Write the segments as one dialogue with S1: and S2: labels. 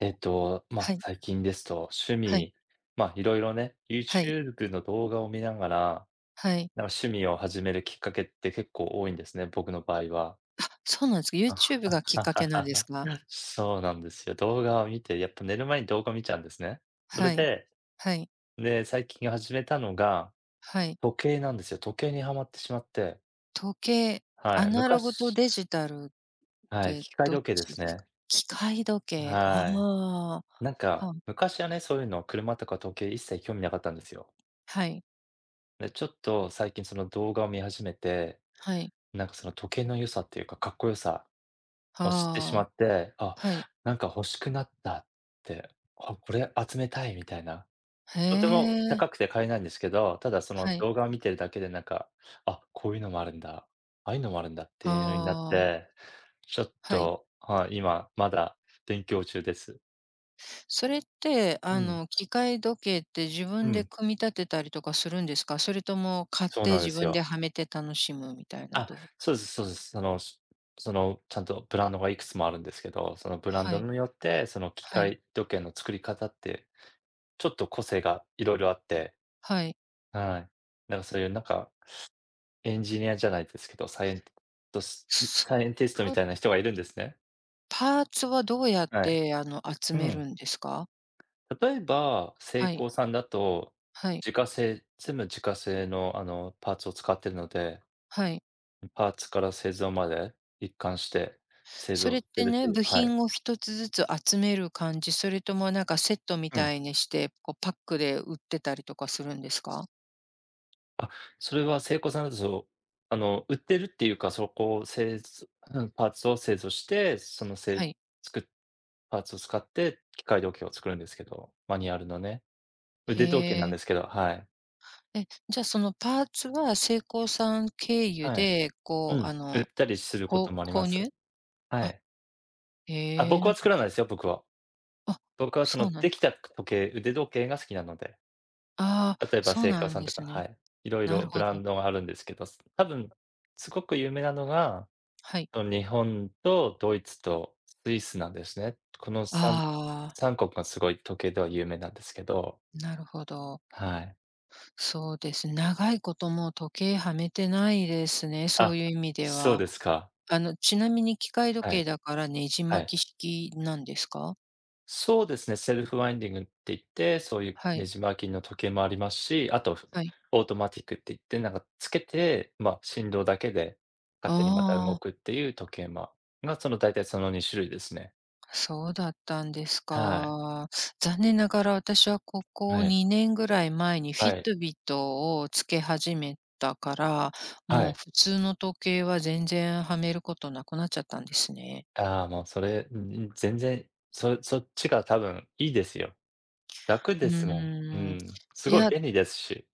S1: まあ、
S2: はい、
S1: 最近ですと、趣
S2: はい、
S1: 味、まあ、いろいろね、
S2: はい、
S1: YouTube の動画を見ながら、
S2: はい。
S1: なんか趣味を始めるきっかけって結構多いんですね、僕の場合は。
S2: そうなんですか。
S1: あ
S2: YouTube がきっかけなんです か？
S1: そうなんですよ。動画を見て、やっぱ寝る前に動画見ちゃうんですね。それ
S2: はい、
S1: で、
S2: はい、
S1: で、最近始めたのが、
S2: はい。
S1: 時計なんですよ。時計にはまってしまって、
S2: 時計、ア
S1: はい、
S2: ナログと
S1: 昔、
S2: デジタルっ
S1: はい、
S2: て
S1: 機械
S2: どっ
S1: 時計で
S2: ちで
S1: す
S2: すか？
S1: ね。
S2: 機械時計、
S1: はい。
S2: ああ、
S1: なんか、
S2: あ、
S1: 昔はね、そういうの車とか時計一切興味なかったんですよ。
S2: はい、
S1: で、ちょっと最近その動画を見始めて、
S2: はい、
S1: なんかその時計の良さっていうか、かっこよさを知ってし
S2: あ
S1: ま
S2: あ、
S1: って、あ、
S2: はい。
S1: なんか欲しくなったって、あ、これ集めたいみたいな。
S2: へ
S1: とても
S2: え、
S1: 高くて買えないんですけど、ただその
S2: はい、
S1: 動画を見てるだけでなんか、あ、こういうのもあるんだ、ああいうのもあるんだっていう風になっ
S2: ああ、
S1: て、ちょっ
S2: はい。
S1: と、はい、今まだ勉強中です。
S2: それって、
S1: うん、
S2: 機械時計って自
S1: う
S2: 分で
S1: ん、
S2: 組み立てたりとかするんですか？それとも買っ
S1: そう
S2: て
S1: なんで
S2: 自
S1: す
S2: 分で
S1: よ。
S2: はめて楽しむみたいな
S1: あ、
S2: ど、
S1: そうですそうです。その、ちゃんとブランドがいくつもあるんですけど、そのブラン
S2: は
S1: ド
S2: い、
S1: によって、その機
S2: はい、
S1: 械時計の作り方って、ちょっと個性がいろいろあって、
S2: はい。
S1: はい。なんかそういうなんか、エンジニアじゃないですけど、トス
S2: そ
S1: サイエンティストみ
S2: の
S1: たいな人がいるんですね。
S2: パーツはどうやっ
S1: はい。
S2: て集
S1: う
S2: める
S1: ん。
S2: んですか？
S1: 例えば、セ
S2: は
S1: イ
S2: い、
S1: コーさんだと、
S2: はい、
S1: 自家製全部自家製のパーツを使ってるので、
S2: はい。
S1: パーツから製造まで一貫して製
S2: そ
S1: 造
S2: れっ
S1: して
S2: て
S1: るって
S2: ね、
S1: いう、
S2: 部
S1: はい。
S2: 品を一つずつ集める感じ、それともなんかセットみ
S1: う
S2: た
S1: ん。
S2: いにして、こうパックで売ってたりとかするんですか？
S1: あ、それはセイコーさんだとそう、売ってるっていうか、そこを製造、うん、パーツを製造して、そのせい
S2: はい。
S1: つくパーツを使って機械時計を作るんですけど、マニュアルのね。
S2: へ
S1: 腕時計なん
S2: え。
S1: ですけど、はい。
S2: え、じゃ、そのパーツはセイコーさん経由
S1: はい。
S2: で、
S1: う
S2: こう
S1: ん、売ったりすること
S2: こ
S1: もあ
S2: う
S1: りま
S2: 購入？
S1: す。は
S2: あ、
S1: い。あ、
S2: へえ、
S1: 僕
S2: な
S1: は
S2: ん
S1: 作
S2: か、
S1: らないですよ、僕は。
S2: あ、
S1: 僕はそ
S2: そ
S1: の
S2: うなんで
S1: で
S2: す
S1: き
S2: か。
S1: た腕時計が好きなので、
S2: あ
S1: 例
S2: あ、
S1: えば
S2: そう
S1: セイカー
S2: なん
S1: さん
S2: で
S1: とか、
S2: す
S1: は
S2: ね。
S1: い。いろい
S2: な
S1: ろ
S2: る
S1: ブ
S2: ほ
S1: ラ
S2: ど。
S1: ンドがあるんですけど、多分すごく有名なのが
S2: はい。
S1: と、日本とドイツとスイスなんですね。この3、
S2: ああ、
S1: 3国がすごい時計では有名なんですけど、
S2: なるほど。
S1: はい。
S2: そうですね、長いこともう時計はめてないですね、そ
S1: あ、
S2: ういう意味で
S1: そう
S2: は。
S1: ですか。
S2: ちなみに機械時
S1: は
S2: 計
S1: い、
S2: だからねじ
S1: はい。
S2: 巻き式なんですか？
S1: そうですね、セルフワインディングって言って、そういう
S2: は
S1: ね
S2: い、
S1: じ巻きの時計もありますし、あと、
S2: はい。
S1: オートマティックって言って、なんかつけて、ま、振動だけで勝手にまた動
S2: ああ、
S1: くっていう時計、ま、が、大体2種類ですね。
S2: そうだったんです
S1: はい。
S2: か。残念ながら私はこ
S1: は
S2: こ
S1: い。
S2: 2年ぐらい前にフ
S1: は
S2: ィッ
S1: い。
S2: トビットをつけ始めたから、
S1: は
S2: もう
S1: い。
S2: 普通の時計は全然はめることなくなっちゃったんですね。
S1: ああ、もうそれ、全然、そっちが多分いいですよ。楽
S2: う
S1: ですもん。う
S2: ーん。
S1: ん。す
S2: い
S1: ごい
S2: や、
S1: 便利ですし。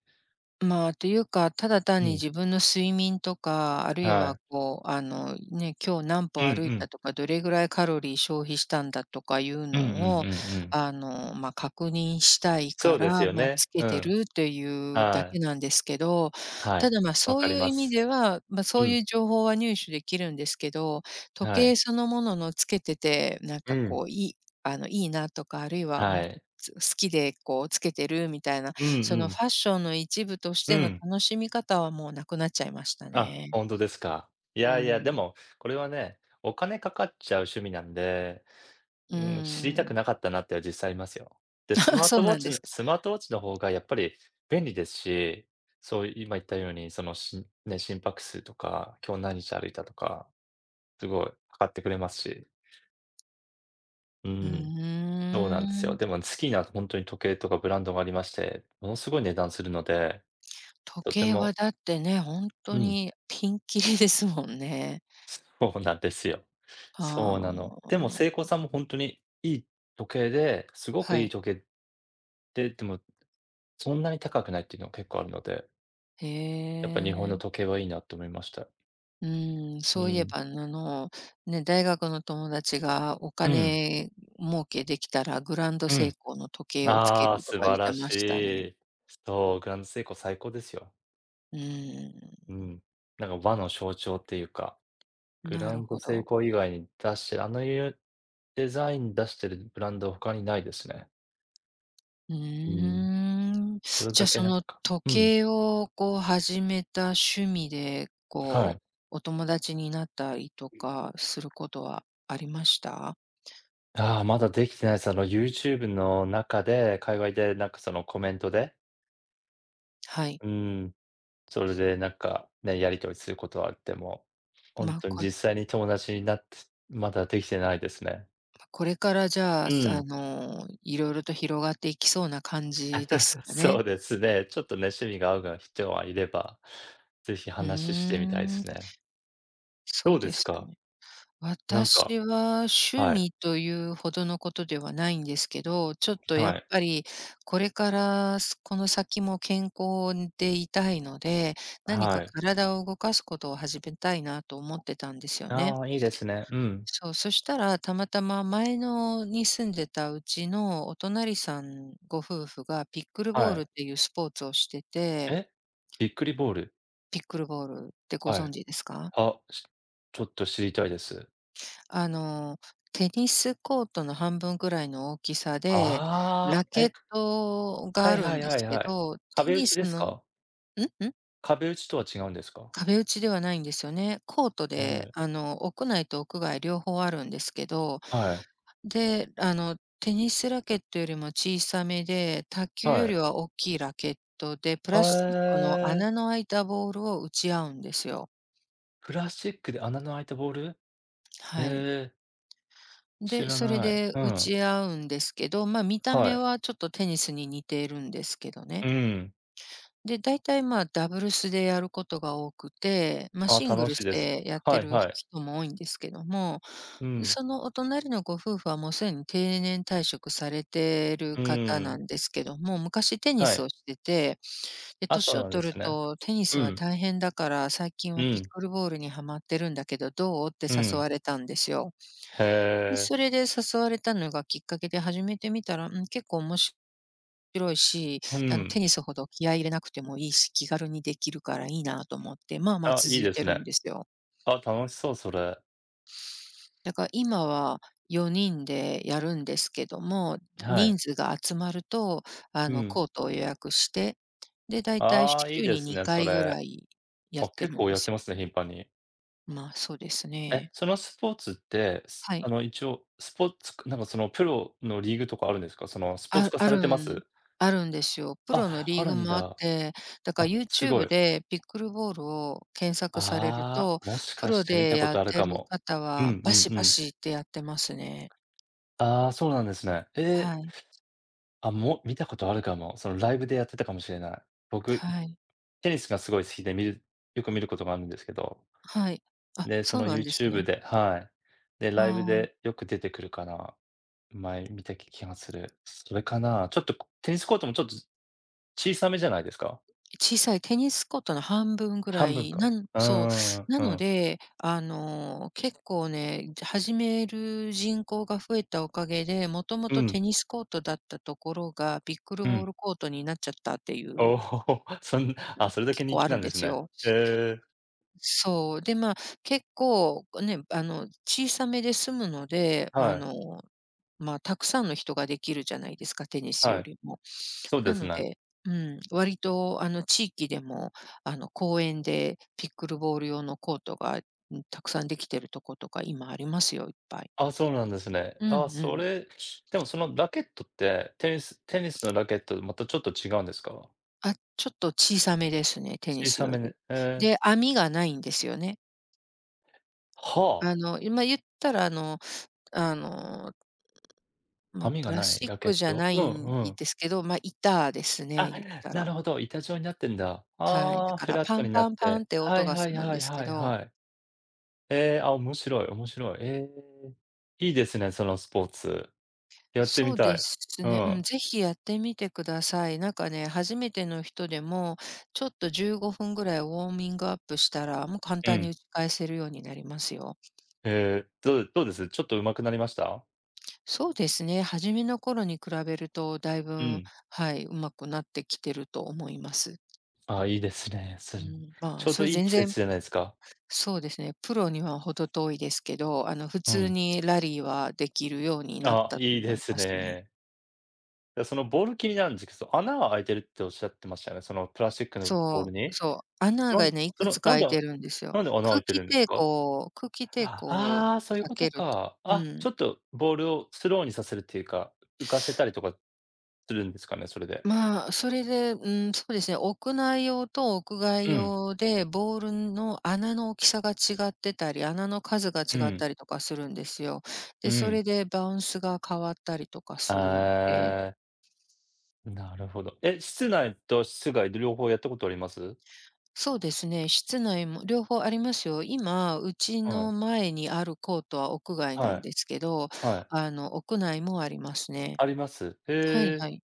S2: というか、ただ
S1: う
S2: 単に
S1: ん、
S2: 自分の睡眠とか、あるい
S1: は
S2: は
S1: い。
S2: こう、ね、今日何
S1: う
S2: 歩
S1: んう
S2: 歩いた
S1: ん。
S2: とか、どれぐらいカロリー消費したんだとかいう
S1: うんうんうん
S2: のを、
S1: うん。
S2: 確認したい
S1: そう
S2: か
S1: です
S2: ら、
S1: よね。
S2: つけ
S1: う
S2: て
S1: ん。
S2: るというだ
S1: は
S2: け
S1: い。
S2: なんですけど、
S1: は
S2: た
S1: い。
S2: だ、
S1: わ
S2: そう
S1: かり
S2: いう
S1: ま
S2: 意味
S1: す。
S2: では、
S1: う
S2: そう
S1: ん。
S2: いう情報は入手できるんですけど、時
S1: はい。
S2: 計そのもののつけてて、なん
S1: う
S2: か
S1: ん。
S2: こう、いいいいなとか、あるいは、うん、
S1: はい。
S2: つ好きでこうつけてるみたいな、
S1: うんう
S2: そのフ
S1: ん。
S2: ァッションの一部とし
S1: う
S2: ての
S1: ん。
S2: 楽しみ方はもうなくなっちゃいました
S1: あ、
S2: ね。
S1: 本当ですか。い
S2: う
S1: やいや、で
S2: ん。
S1: も、これはね、お金かかっちゃう趣味なんで、
S2: うー
S1: うん、知りたく
S2: ん。
S1: なかったなっては実際ありますよ。で、ス マー
S2: そう
S1: トウォ
S2: な
S1: ッ
S2: ん
S1: チ
S2: です
S1: の
S2: か。
S1: スマートウォッチの方がやっぱり便利ですし、そういう今言ったように、そのしね、心拍数とか、今日何日歩いたとか、すごい測ってくれますし、う
S2: う
S1: ん、そうな
S2: ー
S1: んですよ。
S2: ん。
S1: でも好きなほんとに時計とかブランドがありまして、ものすごい値段するので、
S2: 時
S1: とて
S2: 計は
S1: も、
S2: だってね、本
S1: う
S2: 当
S1: ん、
S2: にピンキリですもんね。
S1: そうなんですよ。そう
S2: あ
S1: なの。でも
S2: あ、
S1: セイコーさんもほんとにいい時計で、すごく
S2: は
S1: いい
S2: い。
S1: 時計で、でもそんなに高くないっていうのが結構あるので、
S2: へ
S1: やっぱ日本の
S2: え。
S1: 時計はいいなと思いました。
S2: うん、
S1: う
S2: そういえ
S1: ん。
S2: ば、ね、大学の友達がお
S1: うん。
S2: 金儲けできたらグランド
S1: う
S2: セイ
S1: ん。
S2: コーの時計をつけ
S1: ああ、
S2: ると
S1: 素
S2: か
S1: 晴
S2: 言っ
S1: ら
S2: てました
S1: し
S2: ね。
S1: い。そう、グランドセイコー最高ですよ。
S2: う
S1: うん。なんか和の象徴っていうか、
S2: ん、
S1: グ
S2: な
S1: ラ
S2: る
S1: ンド
S2: ほ
S1: セイ
S2: ど。
S1: コー以外に出してる、あのいうデザイン出してるブランド他にないですね。
S2: う
S1: うん。
S2: ーん。
S1: それ
S2: じゃ、
S1: だ
S2: あ、
S1: け
S2: そ
S1: なん
S2: の
S1: か、
S2: 時
S1: うん、
S2: 計をこう始めた趣味で、
S1: は
S2: こ
S1: い。
S2: う、お友達になったりとかすることはありました？
S1: ああ、まだできてないです。あの YouTube の中で、界隈でなんかそのコメントで、
S2: はい。
S1: うん、それでなんか、ね、やり取りすることはあっても、ほん
S2: ま
S1: とに
S2: あ、これ、
S1: 実際に友達になって、まだできてないですね。
S2: まこれからじゃあ、
S1: う
S2: すあ
S1: ん、
S2: の、いろいろと広がっていきそうな感じです か
S1: そ
S2: ね。
S1: うですね。ちょっとね、趣味が合う人がいれば、ぜひ
S2: うー
S1: 話してみたいで
S2: ん、
S1: すね。
S2: そ
S1: ど
S2: う
S1: うで
S2: で
S1: す
S2: す
S1: か？
S2: ね。
S1: なんか、
S2: 私は趣
S1: はい、
S2: 味というほどのことではないんですけど、ちょっとやっ
S1: はい、
S2: ぱりこれから、すこの先も健康でいたいので、何か
S1: はい。
S2: 体を動かすことを始めたいなと思ってたんですよね。
S1: ああ、いいですね。うん、
S2: そう、そしたらたまたま前のに住んでたうちのお隣さんご夫婦がピックルボ
S1: は
S2: ールっ
S1: い。
S2: ていうスポーツをしてて、
S1: え？びっくりボール？
S2: ピックルボールってご
S1: は
S2: 存
S1: い。
S2: 知ですか？
S1: あ、ちょっと知りたいです。
S2: あの、テニスコートの半分ぐらいの大きさで、
S1: あ
S2: ラ
S1: あ、
S2: ケットが
S1: は
S2: あ
S1: い
S2: る
S1: は
S2: ん
S1: い
S2: で
S1: は
S2: す
S1: い
S2: け
S1: はい。
S2: ど、テ
S1: 壁打
S2: ニ
S1: ち
S2: ス
S1: です
S2: の
S1: か？
S2: ん？ん？
S1: 壁打ちとは違うんですか？
S2: 壁打ちではないんですよね。コートで、
S1: ええ。
S2: 屋内と屋外両方あるんですけど、
S1: はい。
S2: で、テニスラケットよりも小さめで、卓球よ
S1: は
S2: り
S1: い。
S2: は大きいラケットで、プラスチックの
S1: あ、
S2: 穴の開いたボールを打ち合うんですよ。
S1: プラスチックで穴の開いたボール？
S2: はい。
S1: ええ、知
S2: で、
S1: ら
S2: それ
S1: ない。
S2: で
S1: う
S2: 打
S1: ん。
S2: ち合うんですけど、ま、見た
S1: は
S2: 目
S1: い。
S2: はちょっとテニスに似ているんですけどね。
S1: うん。
S2: で、大体、ま、ダブルスでやることが多くて、ま、
S1: あ、
S2: シング
S1: 楽
S2: ル
S1: しい
S2: ス
S1: です。
S2: でやっ
S1: は
S2: て
S1: い
S2: る
S1: はい。
S2: 人も多いんですけども、
S1: うん。
S2: そのお隣のご夫婦はもうすでに定年退職されてる
S1: う
S2: 方
S1: ー
S2: な
S1: ん。
S2: んですけども、昔テニ
S1: は
S2: スを
S1: い。
S2: してて、で、
S1: あ、そ
S2: 年
S1: う
S2: を
S1: なんで
S2: 取る
S1: すね。
S2: と「テニ
S1: う
S2: スは
S1: ん。
S2: 大変だから最近
S1: う
S2: はピッ
S1: ん。
S2: クルボールにはまってるんだけどどう？」って
S1: う
S2: 誘
S1: ん。
S2: われたんですよ。
S1: へ
S2: で、
S1: え。
S2: それで誘われたのがきっかけで始めてみたら、うん、結構面白いし、
S1: うん。
S2: テニスほど気合い入れなくてもいいし、気軽にできるからいいなと思って、まあまあ
S1: あ、いい
S2: 続い
S1: で
S2: て
S1: す
S2: るん
S1: ね。
S2: ですよ。
S1: あ、楽しそう、それ。
S2: だから今は4人でやるんですけども、
S1: はい。
S2: 人数が集まると、
S1: うん。
S2: コートを予約して、で、だいたい
S1: ああ、いい
S2: 週
S1: で
S2: に
S1: すね、
S2: 2
S1: そ
S2: 回ぐ
S1: れ。
S2: らいやっ
S1: あ、
S2: て
S1: 結
S2: るん
S1: 構
S2: で
S1: やっ
S2: す
S1: て
S2: よ。
S1: ますね、頻繁に。
S2: まあ、そうです
S1: え、
S2: ね。
S1: そのスポーツって、す
S2: は
S1: あ
S2: い。
S1: の、一応、スポーツなんかそのプロのリーグとかあるんですか？そのスポーツ
S2: あ
S1: 化
S2: あ
S1: され
S2: る
S1: てま
S2: ん
S1: す？
S2: あるんですよ。プロの
S1: あ、あ
S2: リー
S1: る
S2: グ
S1: ん
S2: もあっ
S1: だ。
S2: て、だから
S1: あ、すご
S2: YouTube
S1: い。
S2: でピックルボールを検索される
S1: ああ、
S2: と、
S1: もし
S2: プ
S1: かし
S2: ロ
S1: て見
S2: で
S1: たこ
S2: やっ
S1: とある
S2: て
S1: か
S2: る
S1: も。
S2: 方
S1: うん
S2: は
S1: う
S2: バ
S1: ん
S2: シ
S1: う
S2: バ
S1: ん。
S2: シってやってますね。
S1: ああ、そうなんですね。ええ、
S2: はい。
S1: あ、見たことあるかも。そのライブでやってたかもしれない。僕、
S2: はい。
S1: テニスがすごい好きでよく見ることがあるんですけど
S2: はい。あ、
S1: で、そ
S2: そう
S1: の
S2: なんです
S1: YouTube
S2: ね。
S1: で、はい。で、
S2: あ
S1: ライブ
S2: あ。
S1: でよく出てくるから、前見た気がする。それかな。ちょっと、テニスコートもちょっと小さめじゃないですか？
S2: 小さいテニスコートの半分ぐら
S1: 半分
S2: い、な
S1: か。
S2: ん
S1: うー
S2: そ
S1: ん、
S2: う、な
S1: う
S2: の
S1: ん。
S2: で、結構ね、始める人口が増えたおかげで、もとも
S1: う
S2: と
S1: ん、
S2: テニスコートだったところが、ピックル
S1: う
S2: ボー
S1: ん。
S2: ルコートになっちゃったっていう、
S1: おお、そんあ、それだけ
S2: 結
S1: 人
S2: 構あ
S1: 気な
S2: るん
S1: んで
S2: で
S1: す
S2: す
S1: ね。
S2: よ。
S1: へえ、
S2: そう、で、まあ、結構ね、小さめで済むので、
S1: はい、
S2: まあ、たくさんの人ができるじゃないですか、テニス
S1: は
S2: よ
S1: い。
S2: りも。
S1: そう
S2: な
S1: です
S2: の
S1: ね。
S2: で、うん、割とあの地域でも、あの公園でピックルボール用のコートが、うん、たくさんできてるとことか今ありますよ、いっぱい。
S1: あ、そうなんですね。
S2: う
S1: あ、
S2: んう
S1: そ
S2: ん。
S1: れ、でもそのラケットって、テニスのラケットとまたちょっと違うんですか？
S2: あ、ちょっと小さめですね、テニ
S1: 小
S2: ス
S1: さ
S2: よ
S1: めね。
S2: り。
S1: ええ。
S2: で、網がないんですよね。
S1: は
S2: あ
S1: あ。
S2: の、今言ったらあのあの、まあ、
S1: 網
S2: プ
S1: が
S2: ラ
S1: な
S2: ス
S1: い
S2: チッ
S1: ラケ
S2: ク
S1: ッ
S2: じゃ
S1: ト？
S2: な
S1: うんう
S2: いん
S1: ん。
S2: ですけど、まあ、板です
S1: あ、
S2: ね、言った
S1: な
S2: ら。
S1: るほど、板状になってんだ。
S2: はい、
S1: あ
S2: だ
S1: あ、
S2: か
S1: フ
S2: ら
S1: ラッ
S2: パ
S1: ト
S2: ン
S1: になっ
S2: パンパン
S1: て。
S2: って
S1: は
S2: 音
S1: い
S2: がす
S1: はい
S2: るん
S1: はい
S2: です
S1: は
S2: け
S1: い
S2: ど、
S1: はい。ええ、あ、面白い面白い。ええ、いいですね、そのスポーツ。やって
S2: そ
S1: み
S2: う
S1: た
S2: で
S1: い。
S2: す
S1: う
S2: ね。うん、
S1: ん、
S2: ぜひやってみてください。なんかね、初めての人でも、ちょっと15分ぐらいウォーミングアップしたら、もう簡
S1: う
S2: 単に
S1: ん。
S2: 打ち返せるようになりますよ。
S1: ええ、どうです？ちょっと上手くなりました？
S2: そうですね。初めの頃に比べると、だいぶ
S1: う
S2: ん、
S1: ん。
S2: はい、うまくなってきてると思います。
S1: あ、いいですね。それ、
S2: うん、ま
S1: ち
S2: あ、
S1: ょう
S2: そ
S1: ど
S2: れ
S1: いい
S2: 全
S1: 季
S2: 然、
S1: 節じゃないですか。
S2: そうですね。プロには程遠いですけど、普
S1: う
S2: 通
S1: ん。
S2: にラリーはできるようになっ
S1: あ、
S2: たと
S1: いい
S2: 思
S1: で
S2: い
S1: す
S2: ますね。
S1: ね。で、そのボール気になるんですけど、穴は開いてるっておっしゃってましたよね、そのプラスチックのボ
S2: そ
S1: ール
S2: う、
S1: に？
S2: そう。穴
S1: な
S2: が
S1: ん、
S2: ね、い
S1: そ
S2: く
S1: の、
S2: つか
S1: なん
S2: 開
S1: で
S2: いてるんですよ。
S1: なんで穴開いてるんですか？
S2: 空気抵
S1: あ
S2: 抗を
S1: あー、そういう
S2: 避
S1: こと
S2: けると、
S1: か。
S2: う
S1: あ、
S2: ん。
S1: ちょっとボールをスローにさせるっていうか、浮かせたりとかするんですかね、それで。
S2: まあ、それで、うん、そうですね、屋内用と屋外
S1: うん、
S2: 用で、ボールの穴の大きさが違ってたり、穴の数が
S1: う
S2: 違っ
S1: ん、
S2: たりとかするんですよ。
S1: う
S2: で、そ
S1: ん。
S2: れでバウンスが変わったりとかするんで、
S1: あーなるほど。え、室内と室外で両方やったことあります？
S2: そうですね、室内も両方ありますよ。今、うち
S1: は
S2: の
S1: い、
S2: 前にあるコートは屋外な
S1: は
S2: ん
S1: い、
S2: ですけど、
S1: はい。
S2: 屋内もありますね。
S1: あります。
S2: はいはい。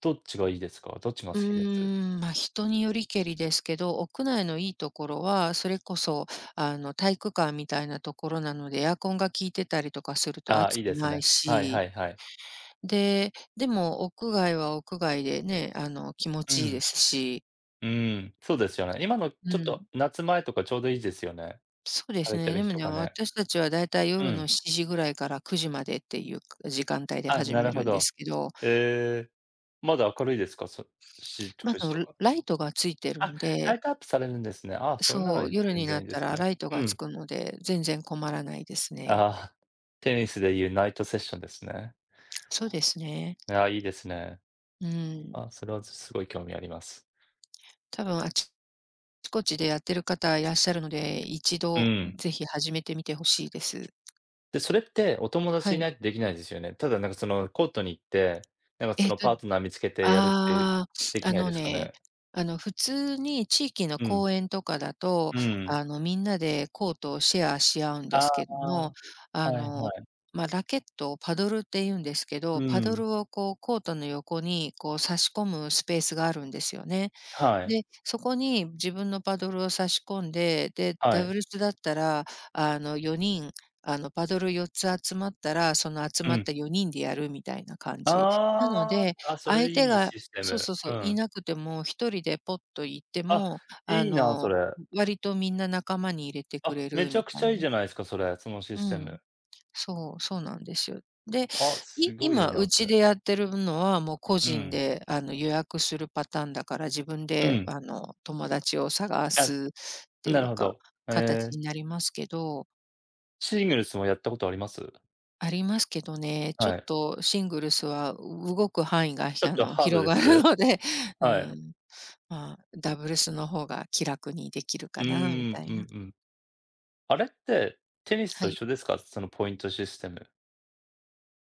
S1: どっちがいいですか？どっちが
S2: う
S1: 好きです？
S2: ーん、ま、人によりけりですけど、屋内のいいところは、それこそ、体育館みたいなところなので、エアコンが効いてたりとかすると
S1: ああー、
S2: 暑
S1: いい
S2: く
S1: です
S2: ない
S1: ね。はい
S2: し、
S1: はいはい。
S2: で、でも屋外は屋外でね、気持
S1: う
S2: ちいいで
S1: ん、
S2: すし、
S1: うん、そうですよね。今のち
S2: う
S1: ょっと
S2: ん。
S1: 夏前とかちょうどいいですよね。
S2: そうで
S1: 晴
S2: す
S1: れて
S2: ね。
S1: る
S2: で
S1: 日
S2: も
S1: と
S2: ね、
S1: かね。
S2: 私たちはだいたい
S1: う
S2: 夜の
S1: ん。
S2: 7時ぐらいから9時までっていう時間帯で
S1: あ、
S2: 始
S1: な
S2: め
S1: るほ
S2: るんで
S1: ど。
S2: すけど、
S1: ええ、まだ明るいですか？7、
S2: ま、
S1: 9時
S2: あ
S1: とか。
S2: ライトがついてる
S1: あ、
S2: ん
S1: ラ
S2: で、
S1: イトアップされるんですね。あ、それなら
S2: そう、夜
S1: 全
S2: に
S1: 然
S2: な
S1: い
S2: っ
S1: いで
S2: た
S1: す
S2: ら
S1: ね。
S2: ライト
S1: う
S2: がつ
S1: ん。
S2: くので、全然困らないですね。
S1: ああ、テニスでいうナイトセッションですね。
S2: そうですね。
S1: いや、いいですね。
S2: うん。
S1: あ、それはすごい興味あります。
S2: 多分あちこちでやってる方いらっしゃるので、一
S1: う
S2: 度
S1: ん。
S2: ぜひ始めてみてほしいです。
S1: で、それってお友達
S2: は
S1: い
S2: い。
S1: ないとできないですよね。ただなんかそのコートに行って、なんかそ
S2: えっ
S1: の
S2: と
S1: パートナー見つけてやるって
S2: あ
S1: で
S2: あ、
S1: き
S2: あ
S1: ない
S2: の
S1: ですか
S2: ね、
S1: ね？
S2: 普通に地域の
S1: うん。
S2: 公園とかだと、
S1: うん。
S2: みんなでコートをシェアし合うんで
S1: あ
S2: すけども、
S1: あ、
S2: あ
S1: はいは
S2: の、
S1: い。
S2: ま、ラケットをパドルって言うんですけ
S1: う
S2: ど、パド
S1: ん。
S2: ルをこうコートの横にこう差し込むスペースがあるんですよね。
S1: はい。
S2: で、そこに自分のパドルを差し込んで、で、
S1: は
S2: ダブ
S1: い。
S2: ルスだったら、4人、パドル4つ集まったら、その集
S1: う
S2: まっ
S1: ん。
S2: た4人でやるみたいな感じ。なの
S1: あ
S2: で、
S1: あ、あ、それ
S2: 相手
S1: いい
S2: が、
S1: システ
S2: そう
S1: ム。
S2: そうそ
S1: う
S2: う、い
S1: ん。
S2: なくても一人でポッと行って
S1: あ、
S2: も、あ
S1: いいな、そ
S2: の、
S1: れ。
S2: 割とみんな仲間に入れてく
S1: あ、
S2: れ
S1: め
S2: る
S1: ちゃ
S2: み
S1: くち
S2: た
S1: ゃ
S2: い
S1: いいじ
S2: な。
S1: ゃないですか、それ、そのシ
S2: う
S1: ステ
S2: ん。
S1: ム。
S2: そう、そうなんですよ。で、
S1: あ、
S2: い
S1: すごいいい
S2: 今
S1: な、
S2: う
S1: そ
S2: ち
S1: れ。
S2: でやってるのは、もう個
S1: う
S2: 人
S1: ん。
S2: で、予約するパターンだから、自分
S1: う
S2: で、
S1: ん。
S2: 友達を探
S1: あ、
S2: すって
S1: な
S2: い
S1: る
S2: う
S1: ほ
S2: か、
S1: ど。え
S2: 形
S1: え、
S2: になりますけど。
S1: シングルスもやったことあります？
S2: ありますけどね、ちょっ
S1: はい。
S2: とシングルスは動く範囲が、
S1: ち
S2: ひ
S1: ょっ
S2: あ
S1: と
S2: の、
S1: ハード
S2: 広
S1: で
S2: がる
S1: す？
S2: ので、う
S1: はい。
S2: ん、まあ、ダブルスの方が気楽にできる
S1: う
S2: かなみ
S1: ーん、
S2: たい
S1: うん
S2: な。
S1: うん。あれって、テニス
S2: は
S1: と一
S2: い。
S1: 緒ですか？そのポイントシステム。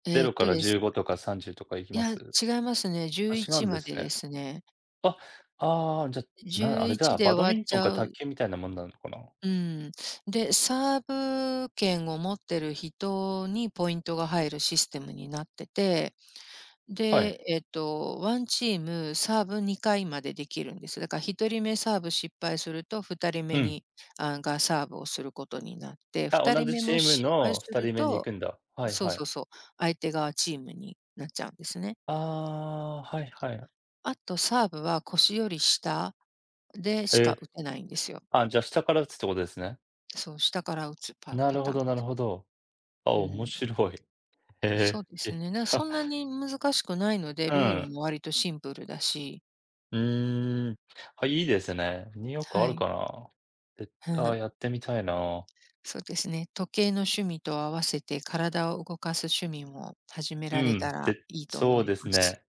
S1: 0から
S2: です
S1: 15とか30とかいき
S2: い
S1: ま
S2: や、
S1: す？
S2: 違いますね。
S1: あ、違う
S2: 11
S1: んで
S2: ま
S1: す
S2: で
S1: ね。
S2: ですね。
S1: あ、ああ、じゃ、あれだ、
S2: 11で終
S1: バド
S2: わ
S1: ミ
S2: っ
S1: ント
S2: ち
S1: ンか
S2: ゃ
S1: 卓
S2: う。
S1: 球みたいなもんなのかな？
S2: うん。で、サーブ権を持ってる人にポイントが入るシステムになってて、
S1: はい。
S2: で、ワンチームサーブ2回までできるんです。だから1人目サーブ失敗すると、2人
S1: う
S2: 目
S1: ん。
S2: に、がサーブをすることになって、
S1: あ、
S2: 2
S1: 同
S2: 人
S1: じ
S2: 目
S1: チ
S2: も
S1: ーム
S2: 失敗
S1: の
S2: す
S1: 2
S2: る
S1: 人目に行
S2: と、
S1: くんだ。はい
S2: そう
S1: はい。
S2: そうそう、相手側チームになっちゃうんですね。
S1: ああ、はいはい。
S2: あとサーブは腰より下で
S1: へ
S2: しか
S1: え。
S2: 打てないんですよ。
S1: あ、じゃあ下から打つってことですね。
S2: そう、下から打つパ
S1: な
S2: パ
S1: るほ
S2: ターン。
S1: どなるほど。あ、
S2: う
S1: 面
S2: ん。
S1: 白い。へ
S2: そう
S1: え。
S2: ですね。なそんなに難しくないので、
S1: う
S2: ルール
S1: ん。
S2: も割とシンプルだし、
S1: うーん。あ、いいですね。ニューヨークあ
S2: は
S1: る
S2: い。
S1: かな。で、
S2: う
S1: あ、
S2: ん、
S1: やってみたいな。
S2: そうですね。時計の趣味と合わせて体を動かす趣味も始め
S1: う
S2: られた
S1: ん。
S2: ら
S1: で、
S2: いいと
S1: そ
S2: 思
S1: う
S2: い
S1: です
S2: ます。
S1: ね。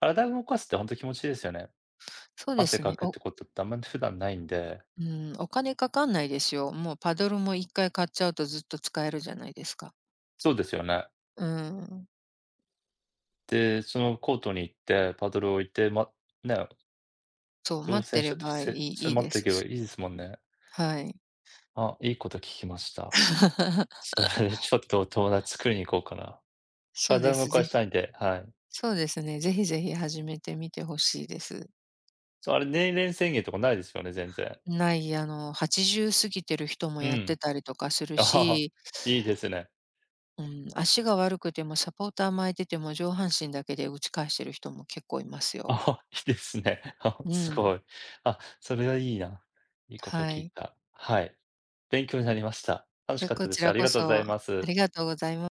S1: 体動かすってほんと気持ちいいですよね。
S2: そうで
S1: 汗
S2: す
S1: か
S2: ね。
S1: くっ
S2: お
S1: てことってあんまり普段ないんで。
S2: うん、お金かかんないですよ。もうパドルも1回買っちゃうとずっと使えるじゃないですか。
S1: そうですよね。
S2: うん。
S1: で、そのコートに行って、パドルを置いて、まね、
S2: そう、
S1: 挑
S2: 待っ
S1: 戦
S2: て
S1: 者
S2: れ
S1: と
S2: ばい
S1: せ
S2: い
S1: そ
S2: い
S1: れ
S2: い
S1: 待っ
S2: で
S1: てい
S2: す
S1: けば
S2: し。
S1: いいですもんね。
S2: はい。
S1: あ、いいこと聞きました。それ でちょっと友達作りに行こうかな。
S2: そう
S1: 体
S2: で
S1: を動
S2: す。
S1: かしたいんで、はい。
S2: そうですね。ぜひぜひ始めてみてほしいです。
S1: そう、あれ年齢制限とかないですよね、全然。
S2: ない、80過ぎてる人も
S1: う
S2: やって
S1: ん。
S2: たりとかする
S1: ああ、
S2: し、
S1: いいですね。
S2: うん、足が悪くてもサポーター巻いてても上半身だけで打ち返してる人も結構いますよ。
S1: あ、いいですね。あ、す
S2: うん、
S1: ごい。あ、それはいいな。いいこと
S2: は
S1: 聞い
S2: い。
S1: た。はい。勉強になりました。楽し
S2: で、
S1: かっ
S2: こ
S1: たで
S2: ち
S1: す。あ
S2: ら
S1: り
S2: こ
S1: がとうござ
S2: そ
S1: いま
S2: あ
S1: す。
S2: りがとうございます。